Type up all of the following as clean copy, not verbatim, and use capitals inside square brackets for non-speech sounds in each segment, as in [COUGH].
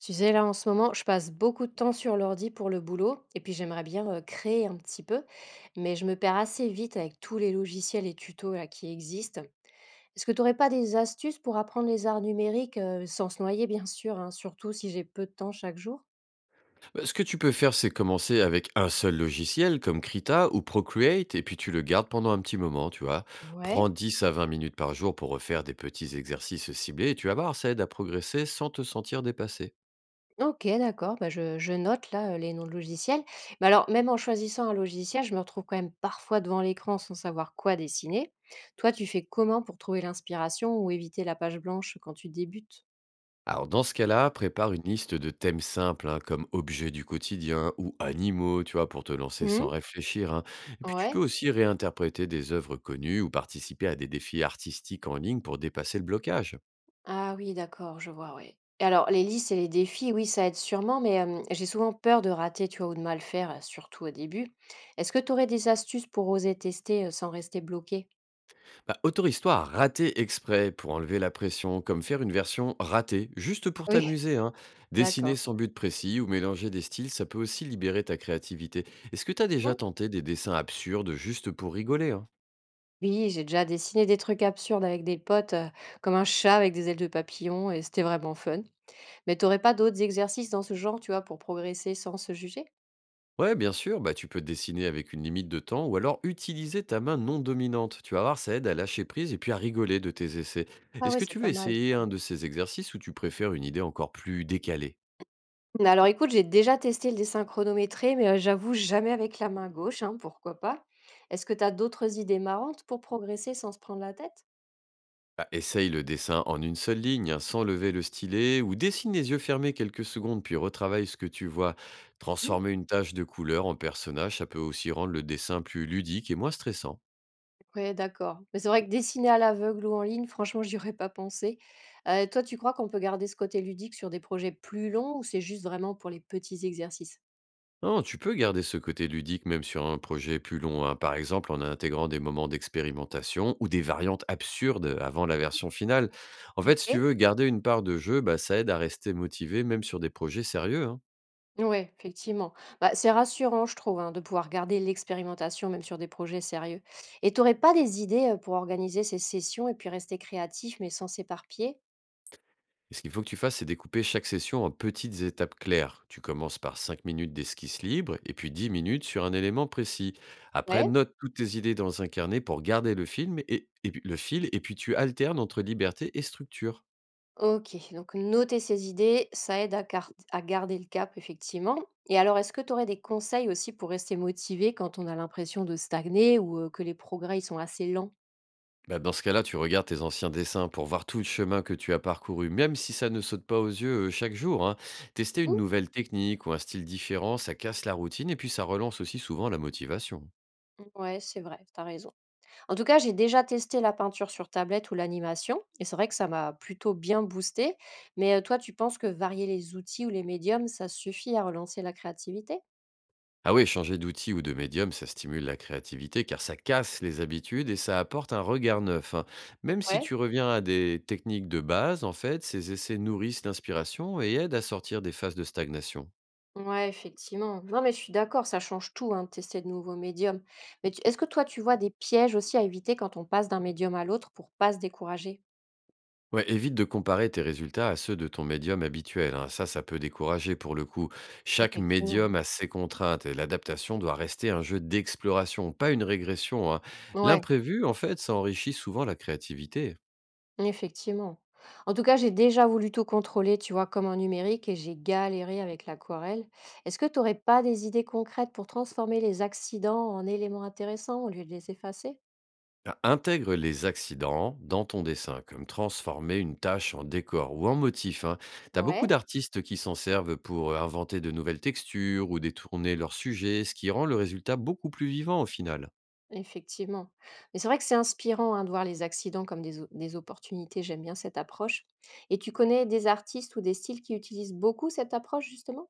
Tu sais, là, en ce moment, je passe beaucoup de temps sur l'ordi pour le boulot, et puis j'aimerais bien créer un petit peu, mais je me perds assez vite avec tous les logiciels et tutos là, qui existent. Est-ce que tu n'aurais pas des astuces pour apprendre les arts numériques sans se noyer, bien sûr, hein, surtout si j'ai peu de temps chaque jour. Bah, ce que tu peux faire, c'est commencer avec un seul logiciel comme Krita ou Procreate et puis tu le gardes pendant un petit moment, tu vois. Ouais. Prends 10 à 20 minutes par jour pour refaire des petits exercices ciblés et tu vas voir, ça aide à progresser sans te sentir dépassé. Ok, d'accord. Bah, je note là les noms de logiciels. Mais alors, même en choisissant un logiciel, je me retrouve quand même parfois devant l'écran sans savoir quoi dessiner. Toi, tu fais comment pour trouver l'inspiration ou éviter la page blanche quand tu débutes? Alors dans ce cas-là, prépare une liste de thèmes simples hein, comme objets du quotidien ou animaux, tu vois, pour te lancer sans Mmh. réfléchir, hein. Et puis tu peux Ouais. aussi réinterpréter des œuvres connues ou participer à des défis artistiques en ligne pour dépasser le blocage. Ah oui, d'accord, je vois, ouais. Et alors, les listes et les défis, oui, ça aide sûrement, mais j'ai souvent peur de rater, tu vois, ou de mal faire, surtout au début. Est-ce que tu aurais des astuces pour oser tester, sans rester bloqué? Bah, autorise-toi à rater exprès pour enlever la pression, comme faire une version ratée, juste pour Oui, t'amuser, hein. [LAUGHS] Dessiner d'accord. sans but précis ou mélanger des styles, ça peut aussi libérer ta créativité. Est-ce que t'as déjà Mmh. tenté des dessins absurdes juste pour rigoler, hein? Oui, j'ai déjà dessiné des trucs absurdes avec des potes, comme un chat avec des ailes de papillon et c'était vraiment fun. Mais t'aurais pas d'autres exercices dans ce genre, tu vois, pour progresser sans se juger? Ouais, bien sûr, bah, tu peux dessiner avec une limite de temps ou alors utiliser ta main non dominante. Tu vas voir, ça aide à lâcher prise et puis à rigoler de tes essais. Ah Est-ce ouais, que c'est tu veux pas mal. essayer un de ces exercices ou tu préfères une idée encore plus décalée? Alors écoute, j'ai déjà testé le dessin chronométré, mais j'avoue jamais avec la main gauche, hein, pourquoi pas. Est-ce que tu as d'autres idées marrantes pour progresser sans se prendre la tête? Bah, essaye le dessin en une seule ligne, hein, sans lever le stylet, ou dessine les yeux fermés quelques secondes, puis retravaille ce que tu vois. Mmh. Transformer une tache de couleur en personnage, ça peut aussi rendre le dessin plus ludique et moins stressant. Ouais, d'accord. Mais c'est vrai que dessiner à l'aveugle ou en ligne, franchement, j'y aurais pas pensé. Toi, tu crois qu'on peut garder ce côté ludique sur des projets plus longs ou c'est juste vraiment pour les petits exercices? Non, tu peux garder ce côté ludique même sur un projet plus long, hein, par exemple en intégrant des moments d'expérimentation ou des variantes absurdes avant la version finale. En fait, si tu OK. veux garder une part de jeu, bah, ça aide à rester motivé même sur des projets sérieux, hein. Ouais, effectivement. Bah, c'est rassurant, je trouve, hein, de pouvoir garder l'expérimentation même sur des projets sérieux. Et t'aurais pas des idées, pour organiser ces sessions et puis rester créatif mais sans s'éparpiller? Et ce qu'il faut que tu fasses, c'est découper chaque session en petites étapes claires. Tu commences par 5 minutes d'esquisse libre et puis 10 minutes sur un élément précis. Après, Ouais, note toutes tes idées dans un carnet pour garder le film le fil et puis tu alternes entre liberté et structure. OK. Donc noter ses idées, ça aide à cart à garder le cap, effectivement. Et alors, est-ce que tu aurais des conseils aussi pour rester motivé quand on a l'impression de stagner ou que les progrès, ils sont assez lents? Bah, dans ce cas-là, tu regardes tes anciens dessins pour voir tout le chemin que tu as parcouru, même si ça ne saute pas aux yeux chaque jour, hein. Tester une Mmh. nouvelle technique ou un style différent, ça casse la routine et puis ça relance aussi souvent la motivation. Ouais, c'est vrai, t'as raison. En tout cas, j'ai déjà testé la peinture sur tablette ou l'animation et c'est vrai que ça m'a plutôt bien boosté. Mais, toi, tu penses que varier les outils ou les médiums, ça suffit à relancer la créativité? Ah oui, changer d'outil ou de médium, ça stimule la créativité car ça casse les habitudes et ça apporte un regard neuf, hein. Même si Ouais. tu reviens à des techniques de base, en fait, ces essais nourrissent l'inspiration et aident à sortir des phases de stagnation. Ouais, effectivement. Non, mais je suis d'accord, ça change tout, hein, de tester de nouveaux médiums. Mais est-ce que toi, tu vois des pièges aussi à éviter quand on passe d'un médium à l'autre pour pas se décourager? Ouais, évite de comparer tes résultats à ceux de ton médium habituel, hein. Ça peut décourager pour le coup. Chaque médium Effectivement. a ses contraintes et l'adaptation doit rester un jeu d'exploration, pas une régression, hein. Ouais, L'imprévu, en fait, ça enrichit souvent la créativité. effectivement. En tout cas, j'ai déjà voulu tout contrôler, tu vois, comme en numérique, et j'ai galéré avec l'aquarelle. Est-ce que tu n'aurais pas des idées concrètes pour transformer les accidents en éléments intéressants au lieu de les effacer? Ben, intègre les accidents dans ton dessin, comme transformer une tâche en décor ou en motif, hein. T'as beaucoup Ouais. d'artistes qui s'en servent pour inventer de nouvelles textures ou détourner leurs sujets, ce qui rend le résultat beaucoup plus vivant au final. Effectivement. Mais c'est vrai que c'est inspirant, hein, de voir les accidents comme des opportunités. J'aime bien cette approche. Et tu connais des artistes ou des styles qui utilisent beaucoup cette approche, justement?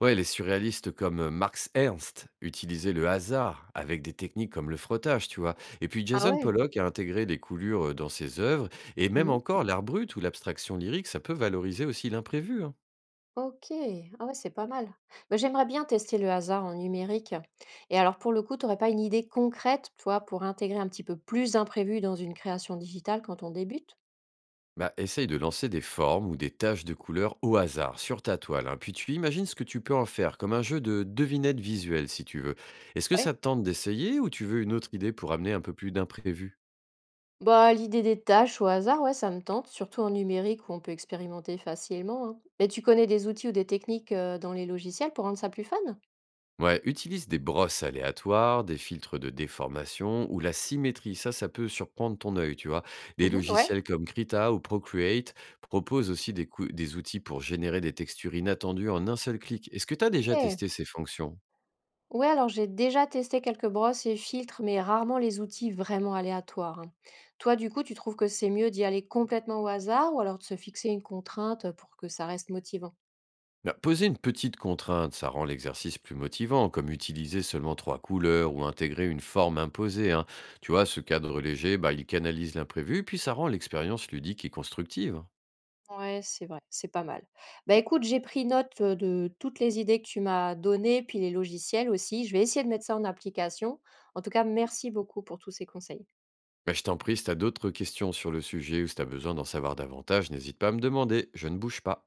Ouais, les surréalistes comme Max Ernst utilisaient le hasard avec des techniques comme le frottage, tu vois. Et puis Ah Jason ouais? Pollock a intégré des coulures dans ses œuvres, et même Mhm. encore l'art brut ou l'abstraction lyrique, ça peut valoriser aussi l'imprévu, hein. Ok. Ah ouais, c'est pas mal. Bah, j'aimerais bien tester le hasard en numérique. Et alors, pour le coup, tu n'aurais pas une idée concrète, toi, pour intégrer un petit peu plus d'imprévu dans une création digitale quand on débute? Bah, essaye de lancer des formes ou des taches de couleurs au hasard sur ta toile, hein. Puis tu imagines ce que tu peux en faire, comme un jeu de devinettes visuelles si tu veux. Est-ce que ça te tente d'essayer ou tu veux une autre idée pour amener un peu plus d'imprévu? Bah, l'idée des tâches au hasard, ouais, ça me tente, surtout en numérique où on peut expérimenter facilement, hein. Mais tu connais des outils ou des techniques dans les logiciels pour rendre ça plus fun? Ouais, utilise des brosses aléatoires, des filtres de déformation ou la symétrie. Ça peut surprendre ton œil, tu vois. Des Mhm, ouais. logiciels comme Krita ou Procreate proposent aussi des outils pour générer des textures inattendues en un seul clic. Est-ce que tu as déjà Ok. testé ces fonctions? Ouais, alors j'ai déjà testé quelques brosses et filtres, mais rarement les outils vraiment aléatoires, hein. Toi, du coup, tu trouves que c'est mieux d'y aller complètement au hasard ou alors de se fixer une contrainte pour que ça reste motivant? Bah, poser une petite contrainte, ça rend l'exercice plus motivant, comme utiliser seulement trois couleurs ou intégrer une forme imposée, hein. Tu vois, ce cadre léger, bah, il canalise l'imprévu, puis ça rend l'expérience ludique et constructive. Ouais, c'est vrai, c'est pas mal. Bah, écoute, j'ai pris note, de toutes les idées que tu m'as données, puis les logiciels aussi. Je vais essayer de mettre ça en application. En tout cas, merci beaucoup pour tous ces conseils. Bah, je t'en prie, si t'as d'autres questions sur le sujet ou si t'as besoin d'en savoir davantage, n'hésite pas à me demander, je ne bouge pas.